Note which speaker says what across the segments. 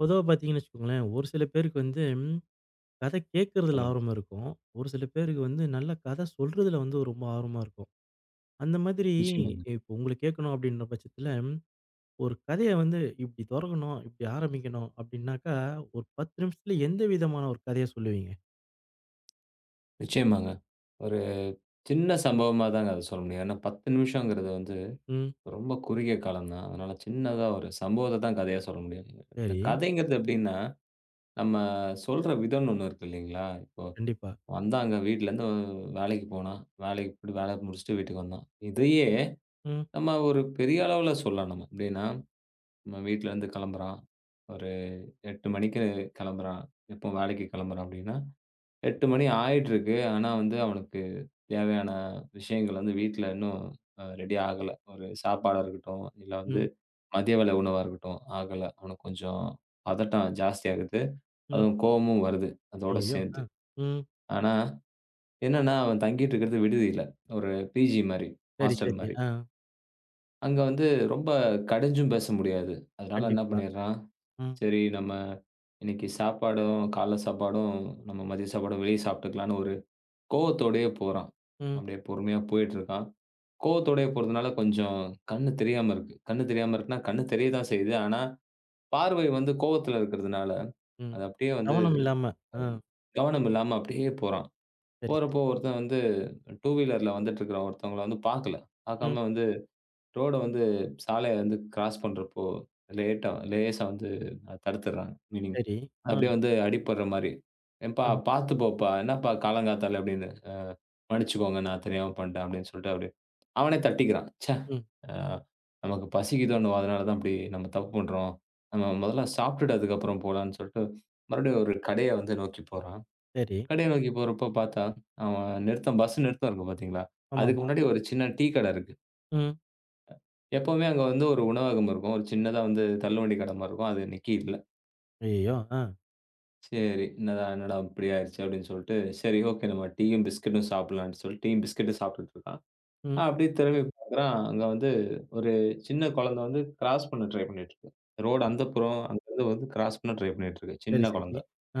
Speaker 1: பொதுவா பார்த்தீங்கன்னு வச்சுக்கோங்களேன், ஒரு சில பேருக்கு வந்து கதை கேட்கறதுல
Speaker 2: சொல்லுங்க.
Speaker 1: ஆர்வம் இருக்கும். ஒரு சில பேருக்கு வந்து நல்ல கதை சொல்றதுல வந்து ரொம்ப ஆர்வமா இருக்கும். அந்த மாதிரி
Speaker 2: நிச்சயமாங்க,
Speaker 1: இப்போ உங்கள கேட்கணும் அப்படின்ற பட்சத்தில, ஒரு கதைய வந்து இப்படி தொடங்கணும், இப்படி ஆரம்பிக்கணும் அப்படின்னாக்கா, ஒரு 10 நிமிஷத்துல எந்த விதமான ஒரு கதைய சொல்லுவீங்க?
Speaker 2: நிச்சயமாங்க. ஒரு சின்ன சம்பவமா தாங்க அத சொல்ல முடியும். ஏன்னா 10 நிமிஷங்கிறது வந்து
Speaker 1: ம்.
Speaker 2: ரொம்ப குறுகிய காலம் தான். அதனால சின்னதா ஒரு சம்பவத்த தான் கதையா சொல்ல முடியும். இந்த
Speaker 1: சரி.
Speaker 2: கதைங்கிறது எப்படின்னா, நம்ம சொல்ற விதம்னு ஒண்ணு இருக்கு இல்லைங்களா? இப்போ
Speaker 1: கண்டிப்பா.
Speaker 2: வந்தாங்க வீட்லருந்து வேலைக்கு போனான். வேலைக்கு போயிட்டு வேல முடிச்சுட்டு வீட்டுக்கு வந்தான். இதையே
Speaker 1: ம்,
Speaker 2: நம்ம ஒரு பெரிய அளவுல சொல்லலாம் நம்ம. எப்படின்னா, நம்ம வீட்லருந்து கிளம்புறான். ஒரு 8 மணிக்கு கிளம்புறான். எப்போ வேலைக்கு கிளம்புறான் அப்படின்னா 8 மணி ஆயிட்டிருக்கு. ஆனா வந்து அவனுக்கு தேவையான விஷயங்கள் வந்து வீட்ல இன்னும் ரெடி ஆகல. ஒரு சாப்பாடா இருக்கட்டும், இல்ல வந்து
Speaker 1: ம்,
Speaker 2: மதிய வேளை உணவா இருக்கட்டும், ஆகல. அவனுக்கு கொஞ்சம் பதட்டம் ஜாஸ்தியாகுது.
Speaker 1: ம்.
Speaker 2: அதுவும் கோவமும் வருது, அதோட
Speaker 1: ஐயய்யோ! ஆ.
Speaker 2: சேர்த்து.
Speaker 1: ம்.
Speaker 2: ஆனா என்னன்னா, அவன் தங்கிட்டு இருக்கிறது விடுதியில. ஒரு பிஜி மாரி,
Speaker 1: சரி,
Speaker 2: ஹாஸ்டல்
Speaker 1: சரி.
Speaker 2: மாரி.
Speaker 1: ஆ.
Speaker 2: அங்க வந்து ரொம்ப கடிஞ்சும் பேச முடியாது. அதனால என்ன
Speaker 1: கண்டிப்பா.
Speaker 2: பண்ணிடுறான்,
Speaker 1: ம்,
Speaker 2: சரி நம்ம இன்னைக்கு சாப்பாடும், காலைல சாப்பாடும், நம்ம மதிய சாப்பாடும் வெளிய சாப்பிட்டுக்கலான்னு ஒரு கோவத்தோடயே போறான்.
Speaker 1: ம்,
Speaker 2: அப்படியே பொறுமையா போயிட்டுருக்கான். கோவத்தோடயே போறதுனால கொஞ்சம் கண்ணு தெரியாம இருக்கு. கண்ணு தெரியாம இருக்குன்னா, கண்ணு தெரிய தான் செய்யுது. ஆனா, பார்வை வந்து கோவத்துல இருக்கிறதுனால,
Speaker 1: ம்.
Speaker 2: அது அப்படியே வந்து
Speaker 1: கவனம் இல்லாம. ஆ.
Speaker 2: கவனம் இல்லாம அப்படியே போறான்.
Speaker 1: சரி,
Speaker 2: போறப்போ
Speaker 1: சரி.
Speaker 2: ஒருத்தன் வந்து 2 வீலர்ல வந்துட்டு இருக்கிற ஒருத்தவங்கள வந்து பார்க்கல.
Speaker 1: ம்.
Speaker 2: பார்க்காம வந்து ரோட வந்து சாலைய வந்து கிராஸ் பண்றப்போ லேட்டா லேசா வந்து தடுத்துடுறாங்க. மீனிங்
Speaker 1: சரி. ஆ.
Speaker 2: அப்படியே வந்து அடிபடுற மாரி. "ஏம்பா!
Speaker 1: ம்,
Speaker 2: பார்த்து போப்பா! என்னப்பா காலங்காத்தால இப்படி". மன்னிச்சுக்கோங்க. நான் தெரியாம பண்ணிட்டேன் அப்படின்னு சொல்லிட்டு அவரு அவனே தட்டிக்கிறான். ச்சே!
Speaker 1: ம்.
Speaker 2: அ நமக்கு பசிக்குதோன்னுவோம். அதனால தான் இப்படி நம்ம தப்பு பண்றோம். நம்ம முதல்ல சாப்பிட்டுட்டு அதுக்கப்புறம் போலான்னு சொல்லிட்டு மறுபடியும் ஒரு கடைய வந்து நோக்கி போறான்.
Speaker 1: சரி.
Speaker 2: கடைய நோக்கி போறப்போ பார்த்தா, அவன் நிறுத்தம் பஸ் நிறுத்தம் இருக்கும் பார்த்தீங்களா? அதுக்கு
Speaker 1: ஆமாமா.
Speaker 2: முன்னாடி ஒரு சின்ன டீ கடை இருக்கு.
Speaker 1: ம்.
Speaker 2: எப்பவுமே அங்க வந்து ஒரு உணவகம் இருக்கும். ஒரு சின்னதா வந்து தள்ளுவண்டி கடை மாரி இருக்கும். அது இன்னைக்கு இல்ல.
Speaker 1: ஐயய்யோ! ஆ.
Speaker 2: சரி என்னடா என்னடா இப்படி ஆயிருச்சு அப்படின்னு சொல்லிட்டு, சரி ஓகே நம்ம டீயும் பிஸ்கட்டும் சாப்பிடலாம்ன்னு சொல்லி டீயும் பிஸ்கட்டும் சாப்பிட்டுட்டு இருக்கான்.
Speaker 1: ம்.
Speaker 2: அப்படியே திரும்பி பார்க்குறான், அங்க வந்து ஒரு சின்ன குழந்தை வந்து கிராஸ் பண்ண ட்ரை பண்ணிட்டுருக்கு. ரோடு அந்த புறம், அங்கருந்து வந்து கிராஸ் பண்ண ட்ரை பண்ணிட்டுருக்கு,
Speaker 1: சரி,
Speaker 2: சின்ன
Speaker 1: சரி.
Speaker 2: குழந்தை.
Speaker 1: ஆ.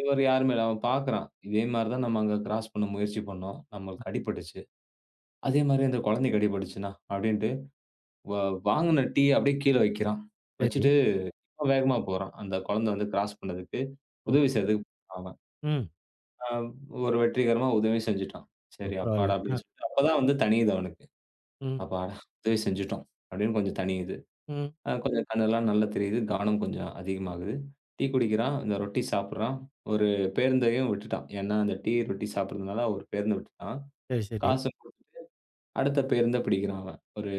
Speaker 2: இவர் யாருமே இல்ல. அவன் பார்க்குறான், இதே மாரி தான் நம்ம அங்க கிராஸ் பண்ண முயற்சி பண்ணோம்.
Speaker 1: ம்.
Speaker 2: நம்மளுக்கு அடிபட்டுச்சு. அதே மாரி அந்த குழந்தைக்கு அடிபட்டுச்சுண்ணா அப்படின்ட்டு, வ வாங்குன டீய அப்படியே கீழ வைக்கிறான்.
Speaker 1: சரி.
Speaker 2: வச்சுட்டு வேகமா போறான். அந்த குழந்தை வந்து கிராஸ் பண்ணதுக்கு,
Speaker 1: ஓ!
Speaker 2: உதவி செய்றதுக்கு அவன்.
Speaker 1: ம்.
Speaker 2: அ ஒரு வெற்றிகரமா உதவி செஞ்சுட்டான்.
Speaker 1: ஓ
Speaker 2: சரி
Speaker 1: பரவால்ல.
Speaker 2: அப்பாடா!
Speaker 1: ஆ.
Speaker 2: அப்படின்னு சொல்லிட்டு அப்பதான் வந்து தணியுது அவனுக்கு.
Speaker 1: ம்.
Speaker 2: அப்பாடா! உதவி செஞ்சுட்டோம் அப்படின்னு கொஞ்சம் தணியுது.
Speaker 1: ம்.
Speaker 2: கொஞ்சம் கண்ணெல்லாம் நல்லா தெரியுது. கவனம் கொஞ்சம் அதிகமாகுது. டீ குடிக்கிறான். இந்த ரொட்டி சாப்பிடுறான். ஒரு பேருந்தையும் விட்டுட்டான். ஏன்னா, அந்த டீ, ரொட்டி சாப்பிடுறதுனால ஒரு பேருந்த விட்டுட்டான்.
Speaker 1: சரி, சரி.
Speaker 2: காசு குடுத்து அடுத்த பேருந்த பிடிக்கிறான் அவன். ஒரு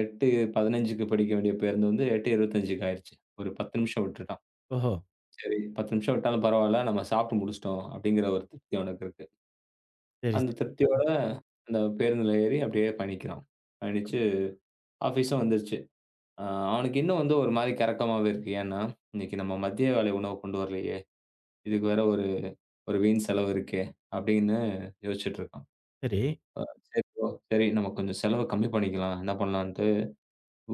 Speaker 2: 8:15க்கு பிடிக்க வேண்டிய பேருந்து வந்து 8:25க்கு ஆயிருச்சு. ஒரு 10 நிமிஷம் விட்டுட்டான்.
Speaker 1: ஓஹோ!
Speaker 2: சரி 10 நிமிஷம் விட்டாலும் பரவால்ல. நம்ம சாப்பிட்டு முடிச்சுட்டோம் அப்படிங்கிற ஒரு திருப்தி அவனுக்கு இருக்கு.
Speaker 1: சரி,
Speaker 2: அந்த
Speaker 1: சரி. ஆ.
Speaker 2: திருப்தியோட அந்த பேருந்துல ஏறி அப்படியே பயணிக்கிறான்.
Speaker 1: ம்.
Speaker 2: பயணிச்சு ஆஃபீஸும் வந்துருச்சு. அ அவனுக்கு இன்னும் வந்து ஒரு மாரி கரக்கமாவே இருக்கு. ஏன்னா, இன்னைக்கு நம்ம மதிய வேளை உணவு கொண்டு வரலையே! இதுக்கு வேற ஒரு ஒரு வீண் செலவு இருக்கே! அப்படின்னு யோசிச்சுட்டு இருக்கான்.
Speaker 1: சரி.
Speaker 2: சரி ப்ரோ, சரி நம்ம கொஞ்சம் செலவு கம்மி பண்ணிக்கலாம். என்ன பண்ணலான்ட்டு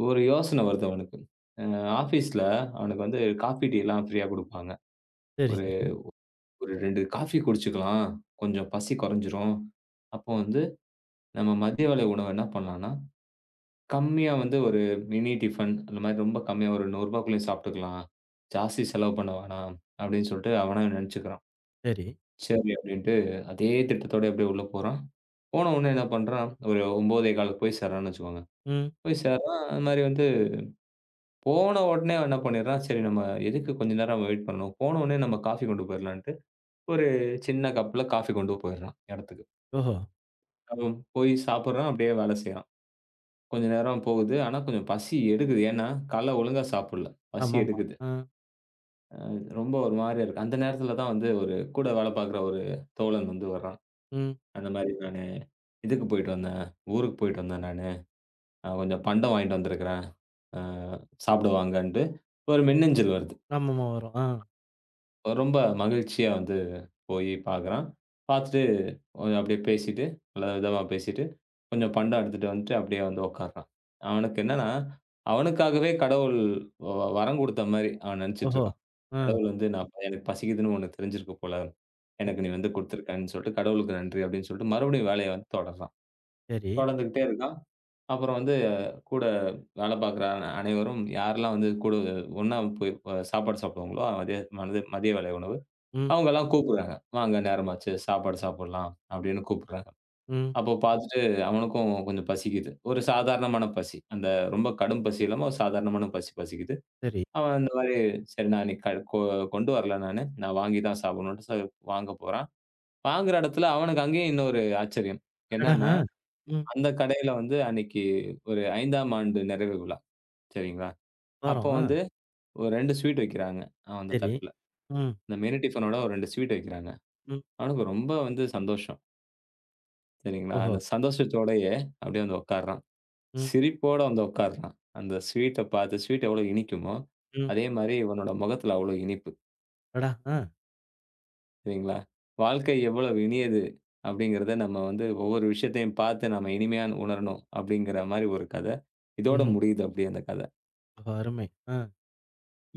Speaker 2: ஒரு யோசனை வருது அவனுக்கு. அ ஆஃபீஸ்ல அவனுக்கு வந்து காஃபி, டீ எல்லாம் ஃப்ரீயா குடுப்பாங்க.
Speaker 1: சரி,
Speaker 2: ஒரு
Speaker 1: சரி.
Speaker 2: ஒரு 2 காஃபி குடிச்சுக்கலாம். கொஞ்சம் பசி கொறஞ்சிரும். அப்போ வந்து நம்ம மதிய வேளை உணவு என்ன பண்ணலான்னா கம்மியா வந்து ஒரு மினி டிஃபன் அந்த மாரி ரொம்ப கம்மியா ஒரு ரூ. 100க்குள்ளயே சாப்பிட்டுக்கலாம். ஜாஸ்தி செலவு பண்ண வேணாம் அப்படின்னு சொல்லிட்டு அவனா நெனச்சுக்கிறான்.
Speaker 1: சரி.
Speaker 2: சரி அப்படின்ட்டு அதே திட்டத்தோட அப்படியே உள்ள போறான். போன உடனே என்ன பண்றான், ஒரு 9:15க்கு போய் சேர்றான்னு வச்சுக்கோங்க.
Speaker 1: ம்.
Speaker 2: போய் சேர்றான். அது மாரி வந்து போன உடனே அவன் என்ன பண்ணிடுறான், சரி நம்ம எதுக்கு கொஞ்ச நேரம் வெயிட் பண்ணணும். போன உடனே நம்ம காஃபி கொண்டு போயிரலான்ட்டு ஒரு சின்ன கப்ல காஃபி கொண்டு போயிடுறான் இடத்துக்கு.
Speaker 1: ஓஹோ!
Speaker 2: அவன் போய் சாப்பிடுறான். அப்படியே வேலை செய்றான். கொஞ்ச நேரம் போகுது. ஆனா கொஞ்சம் பசி எடுக்குது. ஏன்னா, காலைல ஒழுங்கா சாப்பிடல. பசி
Speaker 1: ஆமாமா.
Speaker 2: எடுக்குது.
Speaker 1: ஆ.
Speaker 2: ரொம்ப ஒரு மாரியா இருக்கு. அந்த நேரத்துல தான் வந்து ஒரு கூட வேலை பார்க்குற ஒரு தோழன் வந்து வர்றான்.
Speaker 1: ம்.
Speaker 2: அந்த மாரி நானு இதுக்கு போயிட்டு வந்தேன். ஊருக்கு போயிட்டு வந்தேன் நானு. கொஞ்சம் பண்டம் வாங்கிட்டு வந்திருக்கிறேன். அ சாப்பிட வாங்கன்ட்டு ஒரு மின்னஞ்சல் வருது.
Speaker 1: ஆமாமா வரும். ஆ.
Speaker 2: ரொம்ப மகிழ்ச்சியா வந்து போய் பார்க்குறான். பார்த்துட்டு கொஞ்சம் அப்படியே பேசிட்டு, நல்ல விதமா பேசிட்டு, கொஞ்சம் பண்டம் எடுத்துட்டு வந்துட்டு அப்படியே வந்து உட்கார்றான். அவனுக்கு என்னன்னா, அவனுக்காகவே கடவுள் வரம் குடுத்த மாரி அவன் நெனச்சுட்டு
Speaker 1: ஓஹோ!
Speaker 2: இருக்கான்.
Speaker 1: ஆ.
Speaker 2: கடவுள் வந்து நான் எனக்கு பசிக்குதுன்னு உனக்கு தெரிஞ்சிருக்கு போல.
Speaker 1: ம்.
Speaker 2: எனக்கு நீ வந்து குடுத்துருக்கன்னு சொல்லிட்டு, கடவுளுக்கு நன்றி அப்படின்னு சொல்லிட்டு, மறுபடியும் வேலைய வந்து தொடர்றான்.
Speaker 1: சரி.
Speaker 2: தொடர்ந்துகிட்டே இருக்கான். அப்புறம் வந்து கூட வேலை பார்க்குற அனைவரும் யாரெல்லாம் வந்து கூட ஒண்ணா போய் சாப்பாடு சாப்பிடுவாங்களோ, அதே மனது மதிய வேலை உணவு.
Speaker 1: ம்.
Speaker 2: அவங்கலாம் கூப்பிடுறாங்க. "வாங்க நேரமாச்சு சாப்பாடு சாப்பிடலாம்" அப்படின்னு கூப்பிடுறாங்க.
Speaker 1: ம்.
Speaker 2: அப்போ பார்த்துட்டு அவனுக்கும் கொஞ்சம் பசிக்குது. ஒரு சாதாரணமான பசி. அந்த ரொம்ப கடும் பசி இல்லாம ஒரு சாதாரணமான பசி பசிக்குது.
Speaker 1: சரி.
Speaker 2: அவன் இந்த மாரி, "சரி நான் இன்னைக்கு க கொ கொண்டு வரல நானு. நான் வாங்கி தான் சாப்பிடணும்ன்ட்டு" சரி வாங்க போறான். வாங்குற இடத்துல அவனுக்கு அங்கேயும் இன்னொரு ஆச்சரியம்.
Speaker 1: அடடா!
Speaker 2: என்னன்னா,
Speaker 1: ஆ. ம்.
Speaker 2: அந்த கடையில வந்து அன்னைக்கு ஒரு 5ஆம் ஆண்டு நிறைவு விழா. சரிங்களா?
Speaker 1: வரும்.
Speaker 2: அப்போ
Speaker 1: ஆ.
Speaker 2: வந்து ஒரு 2 ஸ்வீட் வைக்கிறாங்க. அவன் அந்த
Speaker 1: சரி.
Speaker 2: தட்டுல.
Speaker 1: ம்.
Speaker 2: இந்த மினி டிஃபனோட ஒரு 2 ஸ்வீட் வைக்கிறாங்க.
Speaker 1: ம்.
Speaker 2: அவனுக்கு ரொம்ப வந்து சந்தோஷம். சரிங்களா?
Speaker 1: ஓஹோ!
Speaker 2: அந்த சந்தோஷத்தோடயே அப்படியே வந்து உட்கார்றான்.
Speaker 1: ம்.
Speaker 2: சிரிப்போட வந்து உட்கார்றான். அந்த ஸ்வீட்ட பார்த்து ஸ்வீட் எவ்வளோ இனிக்குமோ,
Speaker 1: ம்.
Speaker 2: அதே மாரி இவனோட முகத்துல அவ்வளோ இனிப்பு.
Speaker 1: அடடா! ஆ.
Speaker 2: சரிங்களா? வாழ்க்கை எவ்வளவு இனியது அப்படிங்கிறத நம்ம வந்து ஒவ்வொரு விஷயத்தையும் பார்த்து நம்ம இனிமையா உணரணும் அப்படிங்கிற மாரி ஒரு கத. இதோட
Speaker 1: ம்ஹ்ம்.
Speaker 2: முடியுது அப்படி அந்த கத.
Speaker 1: ஓஹோ! அருமை. ஆ.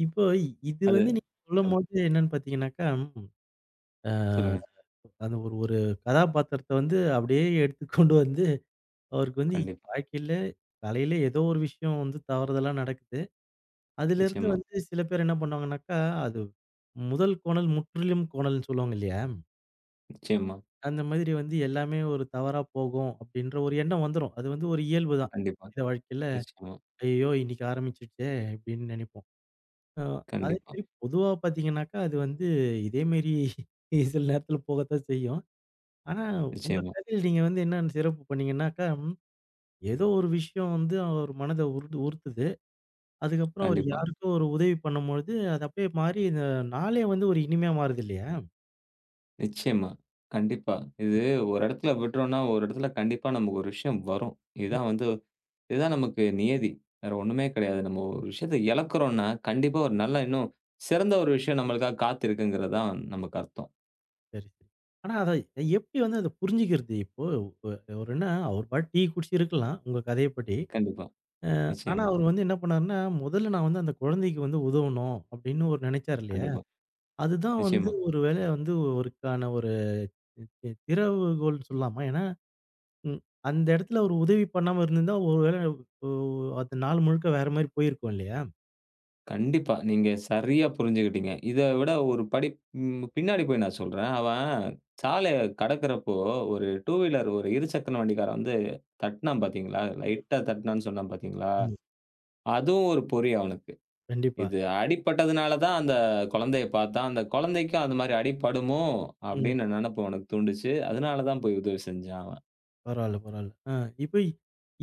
Speaker 1: இப்போ இது
Speaker 2: அது
Speaker 1: வந்து நீங்க
Speaker 2: சொல்லுங்க.
Speaker 1: சொல்லும்போது என்னன்னு பார்த்தீங்கன்னாக்கா, ம் அ
Speaker 2: சொல்லுங்க.
Speaker 1: அந்த ஒரு ஒரு கதாபாத்திரத்த வந்து அப்படியே எடுத்து கொண்டு வந்து அவருக்கு வந்து
Speaker 2: கண்டிப்பா.
Speaker 1: வாழ்க்கையில கலையில ஏதோ ஒரு விஷயம் வந்து தவறுதலா நடக்குது. அதிலிருந்து
Speaker 2: நிச்சயமா,
Speaker 1: வந்து சில பேர் என்ன பண்ணுவாங்கனாக்கா, அது முதல் கோணல் முற்றிலும் கோணல்ன்னு சொல்லுவாங்க இல்லையா?
Speaker 2: நிச்சயமா,
Speaker 1: அந்த மாதிரி வந்து எல்லாமே ஒரு தவறா போகும் அப்படின்ற ஒரு எண்ணம் வந்துரும். அது வந்து ஒரு இயல்பு தான்.
Speaker 2: கண்டிப்பா,
Speaker 1: மனித வாழ்க்கையில
Speaker 2: நிச்சயமா,
Speaker 1: ஐயய்யோ! இன்னைக்கு ஆரம்பிச்சுருச்சே! இப்படின்னு நினைப்போம். அ அதே
Speaker 2: கண்டிப்பா,
Speaker 1: மாரி பொதுவா பார்த்தீங்கன்னாக்கா, அது வந்து இதே மாரி சில நேரத்தில போகத்தான் செய்யும். ஆனா உங்க
Speaker 2: நிச்சயமா,
Speaker 1: கதையில நீங்க வந்து என்ன சிறப்பு பண்ணீங்கன்னாக்கா, ஏதோ ஒரு விஷயம் வந்து அவர் மனத உருது உறுத்துது. அதுக்கப்புறம் அவர்
Speaker 2: கண்டிப்பா,
Speaker 1: யாருக்கோ ஒரு உதவி பண்ணும்பொழுது, அது அப்படியே மாறி இந்த நாளே வந்து ஒரு இனிமையா மாறுது இல்லையா?
Speaker 2: நிச்சயமா, கண்டிப்பா. இது ஒரு இடத்துல விட்டோம்னா, ஒரு இடத்துல கண்டிப்பா நமக்கு ஒரு விஷயம் வரும்.
Speaker 1: ம்.
Speaker 2: இதுதான் வந்து இதுதான் நமக்கு நியதி. வேற ஒண்ணுமே கிடையாது. நம்ம ஒரு விஷயத்த இழக்கிறோம்னா, கண்டிப்பா ஒரு நல்ல இன்னும் சிறந்த ஒரு விஷயம் நம்மளுக்காக காத்திருக்குங்கிறது தான் நமக்கு அர்த்தம்.
Speaker 1: சரி, சரி. ஆனா அத எப்படி வந்து அத புரிஞ்சுக்கிறது? இப்போ ஒ அவருன்னா அவர் பாட்டு டீ குடிச்சிருக்கலாம், உங்க கதையப்படி.
Speaker 2: கண்டிப்பா.
Speaker 1: ஆனா
Speaker 2: நிச்சயமா,
Speaker 1: அவர் வந்து என்ன பண்ணாருன்னா, "முதல்ல நான் வந்து அந்த குழந்தைக்கு வந்து உதவணும்" அப்படின்னு ஒரு நெனைச்சாரு இல்லையா?
Speaker 2: கண்டிப்பா,
Speaker 1: அதுதான் வந்து
Speaker 2: நிச்சயமா.
Speaker 1: ஒரு வேளை வந்து ஒருக்கான ஒரு திறவுகோல்ன்னு சொல்லலாமா? ஏன்னா, ம் அந்த இடத்துல ஒரு உதவி பண்ணாம இருந்திருந்தா, ஒரு வேளை ஓ அந்த நாள் முழுக்க வேற மாரி போயிருக்கும் இல்லையா?
Speaker 2: கண்டிப்பா. நீங்க சரியா புரிஞ்சுக்கிட்டீங்க. இத விட ஒரு படி ம் பின்னாடி போய் நான் சொல்றேன். அவன் சாலைய கடக்கிறப்போ, ஒரு 2 வீலர் ஒரு இருசக்கர வண்டிக்காரன் வந்து தட்னான் பார்த்தீங்களா? லைட்டா தட்னான்னு சொன்னான் பார்த்தீங்களா?
Speaker 1: ஆமா.
Speaker 2: அதுவும் ஒரு பொறி அவனுக்கு.
Speaker 1: கண்டிப்பா.
Speaker 2: இது அடிபட்டதுனால தான் அந்த குழந்தைய பார்த்தான். அந்த குழந்தைக்கும் அந்த மாரி அடிபடுமோ!
Speaker 1: ம்.
Speaker 2: அப்டின்னு நெனப்பு அவனுக்கு தூண்டுச்சு. அதனால தான் போய் உதவி செஞ்சான் அவன்.
Speaker 1: பரவால்ல, பரவால்ல. ஆ இப்ப இ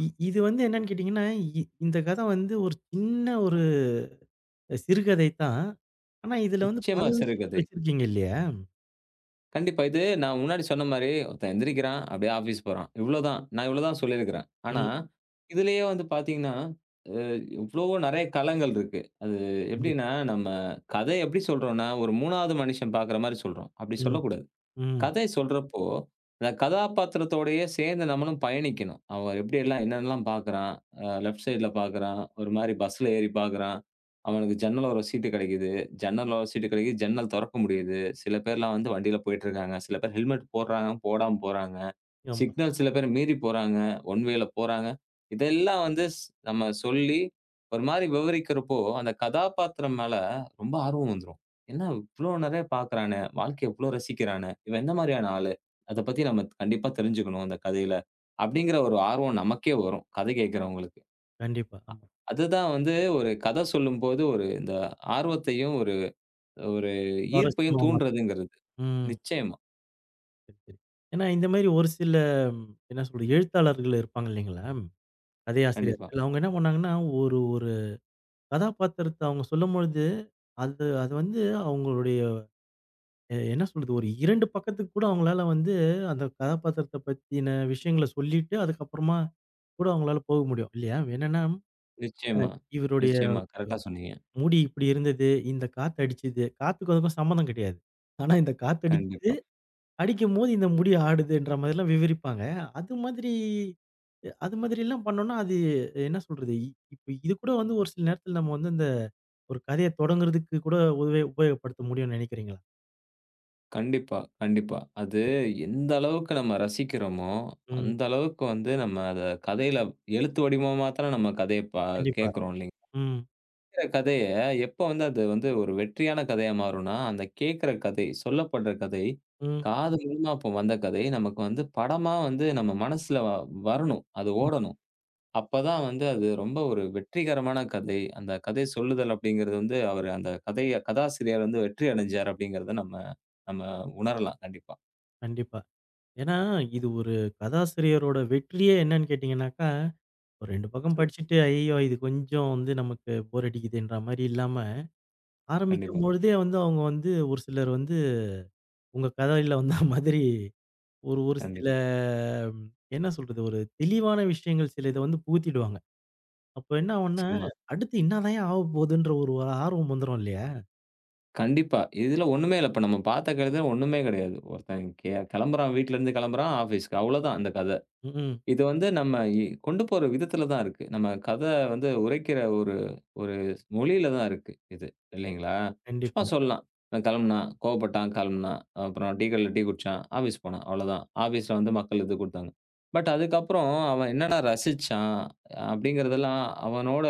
Speaker 1: இ- இது வந்து என்னன்னு கேட்டீங்கன்னா, இந்த கதை வந்து ஒரு சின்ன ஒரு சிறுகதை தான். ஆனா, இதுல வந்து பல
Speaker 2: நிச்சயமா
Speaker 1: விஷயங்கள்
Speaker 2: சிறுகதை.
Speaker 1: வச்சிருக்கீங்க இல்லையா?
Speaker 2: கண்டிப்பா. இது நான் முன்னாடி சொன்ன மாரி, ஒருத்தன் எந்திரிக்கிறான், அப்படியே ஆஃபீஸ் போறான். இவ்வளோதான். நான் இவ்வளோதான் சொல்லியிருக்கிறேன். ஆனா,
Speaker 1: ம்.
Speaker 2: இதுலயே வந்து பார்த்தீங்கன்னா, அ எவ்வளவோ நெறைய களங்கள் இருக்கு. அது
Speaker 1: கண்டிப்பா.
Speaker 2: எப்படின்னா, நம்ம கதை எப்படி சொல்றோம்னா, ஒரு 3வது மனுஷன் பார்க்குற மாரி சொல்றோம். அப்படி
Speaker 1: ம்.
Speaker 2: சொல்லக்கூடாது.
Speaker 1: ம்.
Speaker 2: கதை சொல்றப்போ, அந்த கதாபாத்திரத்தோடயே சேர்ந்து நம்மளும் பயணிக்கணும். அவன் எப்படியெல்லாம் என்னென்னலாம் பார்க்குறான்? லெஃப்ட் சைட்ல பார்க்குறான். ஒரு மாரி பஸ்ல ஏறி பார்க்குறான். அவனுக்கு ஜன்னல் ஓர சீட்டு கிடைக்குது. ஜன்னல் ஓர சீட்டு கிடைக்குது. ஜன்னல் தொறக்க முடியுது. சில பேர்லாம் வந்து வண்டியில போயிட்டுருக்காங்க. சில பேர் ஹெல்மெட் போடுறாங்க, போடாம போறாங்க.
Speaker 1: ஆமா.
Speaker 2: சிக்னல் சில பேர் மீறி போறாங்க. ஒன் வேல போறாங்க. இதெல்லாம் வந்து நம்ம சொல்லி ஒரு மாரி விவரிக்கிறப்போ, அந்த கதாபாத்திரம் மேல ரொம்ப ஆர்வம் வந்துரும். என்ன இவ்ளோ நெறைய பார்க்குறானே! வாழ்க்கைய இவ்ளோ ரசிக்கிறானே! இவன் என்ன மாரியான ஆளு? அத பத்தி நம்ம கண்டிப்பா தெரிஞ்சுக்கணும் அந்த கதையில. அப்டிங்கிற ஒரு ஆர்வம் நமக்கே வரும். கதை கேட்கிறவங்களுக்கு.
Speaker 1: கண்டிப்பா. ஆமா.
Speaker 2: அதுதான் வந்து ஒரு கதை சொல்லும்போது ஒரு இந்த ஆர்வத்தையும், ஒரு ஒரு ஈர்ப்பையும்
Speaker 1: சுவாரஸ்யமா மாத்தும்.
Speaker 2: தூண்டுறதுங்கிறது.
Speaker 1: ம்.
Speaker 2: நிச்சயமா.
Speaker 1: சரி. சரி. ஏன்னா இந்த மாரி ஒரு சில ம், என்ன சொல்றது, எழுத்தாளர்கள் இருப்பாங்க இல்லைங்களா?
Speaker 2: கண்டிப்பா.
Speaker 1: கதையாசிரியர்கள். அவங்க என்ன பண்ணாங்கன்னா, ஒரு ஒரு கதாபாத்திரத்த அவங்க சொல்லும்பொழுது, அது அது வந்து அவங்களுடைய என்ன சொல்றது, ஒரு 2 பக்கத்துக்கு கூட அவங்களால வந்து அந்த கதாபாத்திரத்த பத்தின விஷயங்கள சொல்லிட்டு, அதுக்கப்புறமா கூட அவங்களால போக முடியும். இல்லையா? என்னன்னா,
Speaker 2: நிச்சயமா,
Speaker 1: இவருடைய
Speaker 2: நிச்சயமா. கரெக்ட்டா சொன்னீங்க.
Speaker 1: முடி இப்படி இருந்தது, இந்த காத்து அடிச்சது. காத்துக்கும் அதுக்கும் சம்மந்தம் கிடையாது. ஆனா இந்த காத்தடிக்குது,
Speaker 2: கண்டிப்பா.
Speaker 1: அடிக்கும்போது இந்த முடி ஆடுதுன்ற மாதிரிலாம் விவரிப்பாங்க. அது மாதிரி அது மாதிரிலாம் பண்ணோம்னா, அது என்ன சொல்றது? இப்ப இது கூட வந்து ஒரு சில நேரத்துல நம்ம வந்து இந்த ஒரு கதைய தொடங்குறதுக்கு கூட உபயோகப்படுத்த முடியும்னு நினைக்கிறீங்களா?
Speaker 2: கண்டிப்பா, கண்டிப்பா. அது எந்த அளவுக்கு நம்ம ரசிக்கிறோமோ,
Speaker 1: ம்.
Speaker 2: அந்த அளவுக்கு வந்து நம்ம அத கதையில எழுத்து வடிவமா மாத்திரம் நம்ம கதைய
Speaker 1: கண்டிப்பா.
Speaker 2: கேட்கிறோம் இல்லைங்க.
Speaker 1: ம்.
Speaker 2: கேட்கிற கதைய எப்ப வந்து அது வந்து ஒரு வெற்றியான கதையா மாறும்னா, அந்த கேட்கிற கதை, சொல்லப்படுற கதை,
Speaker 1: ம்.
Speaker 2: காது மூலமா இப்ப வந்த கதை நமக்கு வந்து படமா வந்து நம்ம மனசுல வரணும். அது
Speaker 1: ம்.
Speaker 2: ஓடணும். அப்பதான் வந்து அது ரொம்ப ஒரு வெற்றிகரமான கதை. அந்த கதை சொல்லுதல் அப்படிங்கிறது வந்து அவரு அந்த கதைய கதாசிரியர் வந்து வெற்றி அடைஞ்சார் அப்படிங்கிறத நம்ம நம்ம உணரலாம் கண்டிப்பா.
Speaker 1: கண்டிப்பா. ஏன்னா, இது ஒரு கதாசிரியரோட வெற்றியே என்னன்னு கேட்டீங்கன்னாக்கா, ஒரு 2 பக்கம் படிச்சுட்டு, "ஐயய்யோ! இது கொஞ்சம் வந்து நமக்கு போர் அடிக்குதுன்ற" மாரி இல்லாம, ஆரம்பிக்கும்
Speaker 2: கண்டிப்பா,
Speaker 1: பொழுதே வந்து அவங்க வந்து ஒரு சிலர் வந்து உங்க கதையில வந்த மாதிரி ஒரு ஒரு சில
Speaker 2: கண்டிப்பா.
Speaker 1: ம், என்ன சொல்றது? ஒரு தெளிவான விஷயங்கள் சில இத வந்து புகுத்திடுவாங்க. அப்ப என்ன ஆகும்னா,
Speaker 2: நிச்சயமா.
Speaker 1: அடுத்து இன்னாதான்யா ஆவப்போதுன்ற ஒரு ஒரு ஆர்வம் வந்துரும் இல்லையா?
Speaker 2: கண்டிப்பா. இதுல ஒண்ணுமே இல்ல. இப்ப நம்ம பார்த்த கழுத ஒண்ணுமே கிடையாது. ஒருத்தன் கிளம்புறான் வீட்லருந்து கிளம்புறான் ஆஃபீஸ்க்கு. அவ்வளோதான் அந்த கத.
Speaker 1: ம்.
Speaker 2: இது வந்து நம்ம கொண்டு போற விதத்துல தான் இருக்கு. நம்ம கத வந்து உரைக்கிற ஒரு ஒரு மொழியில தான் இருக்கு இது. இல்லைங்களா? சும்மா
Speaker 1: கண்டிப்பா.
Speaker 2: சொல்லலாம். இவன் கிளம்புனான், கோவப்பட்டான், கிளம்புனான். அப்புறம் டீ கடையில டீ குடிச்சான், ஆஃபீஸ் போனான். அவ்வளோதான். ஆஃபீஸ்ல வந்து மக்கள் இது குடுத்தாங்க. பட் அதுக்கப்புறம் அவன் என்னென்ன ரசிச்சான்? அப்படிங்கிறதெல்லாம் அவனோட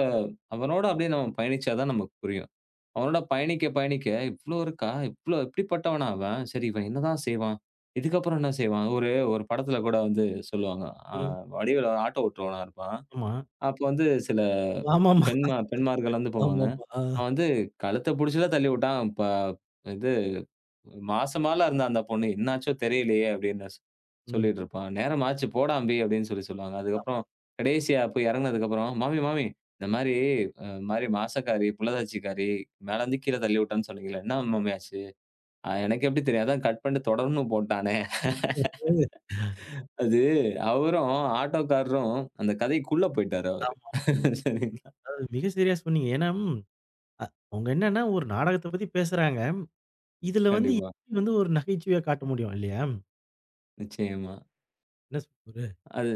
Speaker 2: அவனோட அப்படியே நம்ம பயணிச்சா தான் நமக்கு புரியும். அவனோட பயணிக்க, பயணிக்க இவ்ளோ இருக்கா? இவ்ளோ எப்படிப்பட்டவனா அவன்? சரி இவன் என்னதான் செய்வான்? இதுக்கப்புறம் என்ன செய்வான்? ஒரு ஒரு படத்துல கூட வந்து சொல்லுவாங்க. அ
Speaker 1: ம்.
Speaker 2: வடிவேலு ஒரு ஆட்டோ ஓட்டுறவனா இருப்பான்.
Speaker 1: ஆமா.
Speaker 2: அப்ப வந்து சில
Speaker 1: ஆமாமா.
Speaker 2: பெண்மார்கள் வந்து போவாங்க.
Speaker 1: ஆமாமா. ஆ.
Speaker 2: அவன் வந்து கழுத்த புடிச்சுலாம் தள்ளி விட்டான். இது மாசமாலாம் இருந்தா அந்த பொண்ணு, "என்னாச்சோ தெரியலையே!" அப்படின்னு
Speaker 1: ம்.
Speaker 2: சொல்லிட்டு இருப்பான். "நேரமாச்சு போடா அம்பி" அப்படின்னு சொல்லி சொல்லுவாங்க. அதுக்கப்புறம் கடைசியா போய் இறங்குனதுக்கப்புறம், "மாமி, மாமி இந்த மாரி மாரி மாசக்காரி, புள்ளத்தாச்சிக்காரி மேலருந்து கீழ தள்ளி விட்டான்னு சொன்னீங்கல்ல, என்ன மாமி ஆச்சு?" எனக்கு எப்படி தெரியும்? அதான் கட் பண்ணிட்டு தொடர்ன்னு போட்டானே." அது அவரும், ஆட்டோக்காரரும் அந்த கதைக்குள்ள போயிட்டாரு அவரு.
Speaker 1: ஆமா.
Speaker 2: சரிங்களா.
Speaker 1: அதாவது மிக சரியா சொன்னீங்க. ஏன்னா, ம், அ அவங்க என்னன்னா ஒரு நாடகத்த பத்தி பேசுறாங்க. இதுல வந்து
Speaker 2: கண்டிப்பா.
Speaker 1: எப்படி வந்து ஒரு நகைச்சுவையா காட்ட முடியும் இல்லையா?
Speaker 2: நிச்சயமா.
Speaker 1: என்ன சொல்றது?
Speaker 2: அது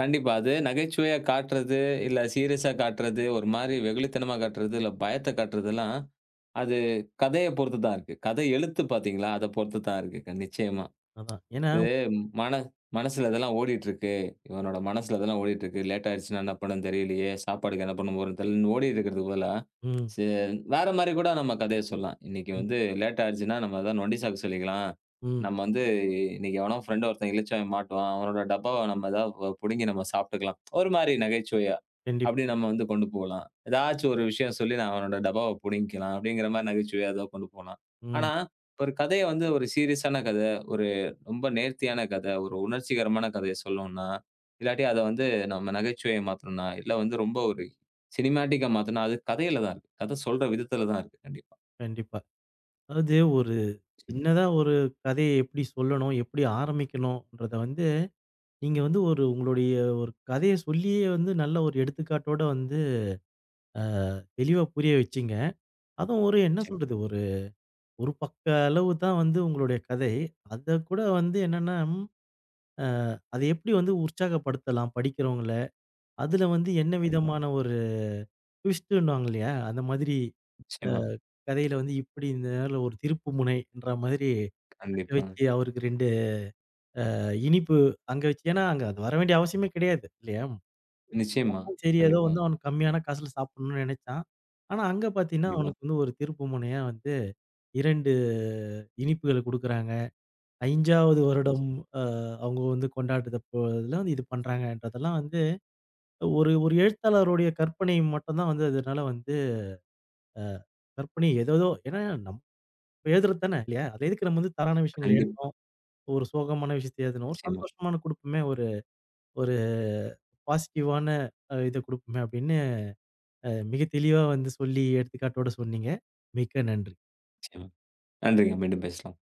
Speaker 2: கண்டிப்பா. அது நகைச்சுவையா காட்டுறது, இல்ல சீரியஸா காட்டுறது, ஒரு மாரி வெகுளித்தனமா காட்டுறது, இல்ல பயத்த காட்டுறதெல்லாம் அது கதைய பொறுத்து தான் இருக்கு. கதை எழுத்து பார்த்தீங்களா, அத பொறுத்து தான் இருக்கு. நிச்சயமா.
Speaker 1: அதான். ஏன்னா
Speaker 2: இது மன மனசுல இதெல்லாம் ஓடிட்டுருக்கு. இவனோட மனசுல இதெல்லாம் ஓடிட்டுருக்கு. லேட் ஆயிடுச்சுன்னா என்ன பண்ணணும்னு தெரியலையே! சாப்பாட்டுக்கு என்ன பண்ண போறேன்னு தெரியலன்னு ஓடிட்டு இருக்கிறதுக்கு பதிலா,
Speaker 1: ம்.
Speaker 2: சே வேற மாரி கூட நம்ம கதைய சொல்லலாம். இன்னைக்கு வந்து
Speaker 1: கண்டிப்பா.
Speaker 2: லேட் ஆயிடுச்சுன்னா, நம்ம தான் நொண்டி சாக்கு சொல்லிக்கலாம்.
Speaker 1: ம்.
Speaker 2: நம்ம வந்து இன்னைக்கு எவனோ ஃப்ரெண்ட் ஒருத்தன் இளிச்சவன் மாட்டுவான். அவனோட டப்பாவ நம்ம ஏதாவது புடுங்கி நம்ம சாப்பிட்டுக்கலாம். ஒரு மாரி நகைச்சுவையா.
Speaker 1: கண்டிப்பா.
Speaker 2: அப்படி நம்ம வந்து கொண்டு போலாம். ஏதாச்சும் ஒரு விஷயம் சொல்லி நான் அவனோட டப்பாவ புடுங்கிக்கலாம். அப்படிங்கிற மாரி நகைச்சுவையா ஏதோ கொண்டு போலாம். ஆனா,
Speaker 1: ம்.
Speaker 2: ஒரு கதைய வந்து ஒரு சீரியஸான கத. ஒரு ரொம்ப நேர்த்தியான கதை, ஒரு உணர்ச்சிகரமான கதைய சொல்லணும்னா, இல்லாட்டி அத வந்து நம்ம நகைச்சுவையா மாத்தணும்னா, இல்ல வந்து ரொம்ப ஒரு சினிமேட்டிக்கா மாத்தணும்னா, அது கதையில தான் இருக்கு. கதை சொல்ற விதத்துல தான் இருக்கு. கண்டிப்பா.
Speaker 1: கண்டிப்பா. அதாவது ஒரு சின்னதா ஒரு கதைய எப்படி சொல்லணும்? எப்படி ஆரம்பிக்கணும்ன்றத வந்து, நீங்க வந்து ஒரு உங்களுடைய ஒரு கதைய சொல்லியே வந்து நல்ல ஒரு எடுத்துக்காட்டோட வந்து அ தெளிவா புரிய வச்சீங்க. அதுவும் ஒரு என்ன சொல்றது?
Speaker 2: நிச்சயமா,
Speaker 1: ஒரு ஒரு பக்க அளவு தான் வந்து உங்களுடைய கதை. அத கூட வந்து என்னன்னா, அ அத எப்படி வந்து உற்சாகப்படுத்தலாம் படிக்கிறவங்கள? அதுல வந்து என்ன
Speaker 2: கண்டிப்பா.
Speaker 1: விதமான ஒரு ட்விஸ்ட்டுன்னுவாங்க இல்லையா? அந்த மாதிரி அ
Speaker 2: நிச்சயமா.
Speaker 1: கதையில வந்து இப்படி இந்த நேரத்துல ஒரு திருப்பு முனைன்ற மாதிரி, அங்க
Speaker 2: கண்டிப்பா.
Speaker 1: வச்சு அவருக்கு 2 இனிப்பு அங்க வச்சு ஏன்னா அங்க அது வர வேண்டிய அவசியமே கிடையாது இல்லையா? ஆமா.
Speaker 2: நிச்சயமா.
Speaker 1: சரி ஏதோ
Speaker 2: கண்டிப்பா,
Speaker 1: வந்து அவனுக்கு கம்மியான காசுல சாப்பிடணும்னு நினைச்சான். ஆனா அங்க பார்த்தீங்கன்னா,
Speaker 2: கண்டிப்பா.
Speaker 1: அவனுக்கு வந்து ஒரு திருப்பு முனையா வந்து 2 இனிப்புகள குடுக்குறாங்க. 5வது வருடம்
Speaker 2: நிச்சயமா.
Speaker 1: அ அவங்க வந்து கொண்டாடுறப்போல வந்து இது பண்றாங்கன்றதெல்லாம் வந்து ஒரு ஒரு எழுத்தாளருடைய கற்பனை மட்டும் தான் வந்து அதனால வந்து அ கற்பனை ஏதேதோ ஏன்னா நம்ம எழுதுறது தானே இல்லையா? அது எதுக்கு நம்ம வந்து தரான விஷயங்கள
Speaker 2: கண்டிப்பா.
Speaker 1: எழுதணும்? ஒரு சோகமான விஷயத்த எழுதணும். ஒரு
Speaker 2: நிச்சயமா,
Speaker 1: சந்தோஷமான குடுப்போமே! ஒரு ஒரு பாசிட்டிவான இத குடுக்குமே அப்படின்னு, மிக தெளிவா வந்து சொல்லி எடுத்துக்காட்டோட சொன்னீங்க. மிக்க நன்றி.
Speaker 2: நிச்சயமா. நன்றிங்க. மீண்டும் பேசலாம்.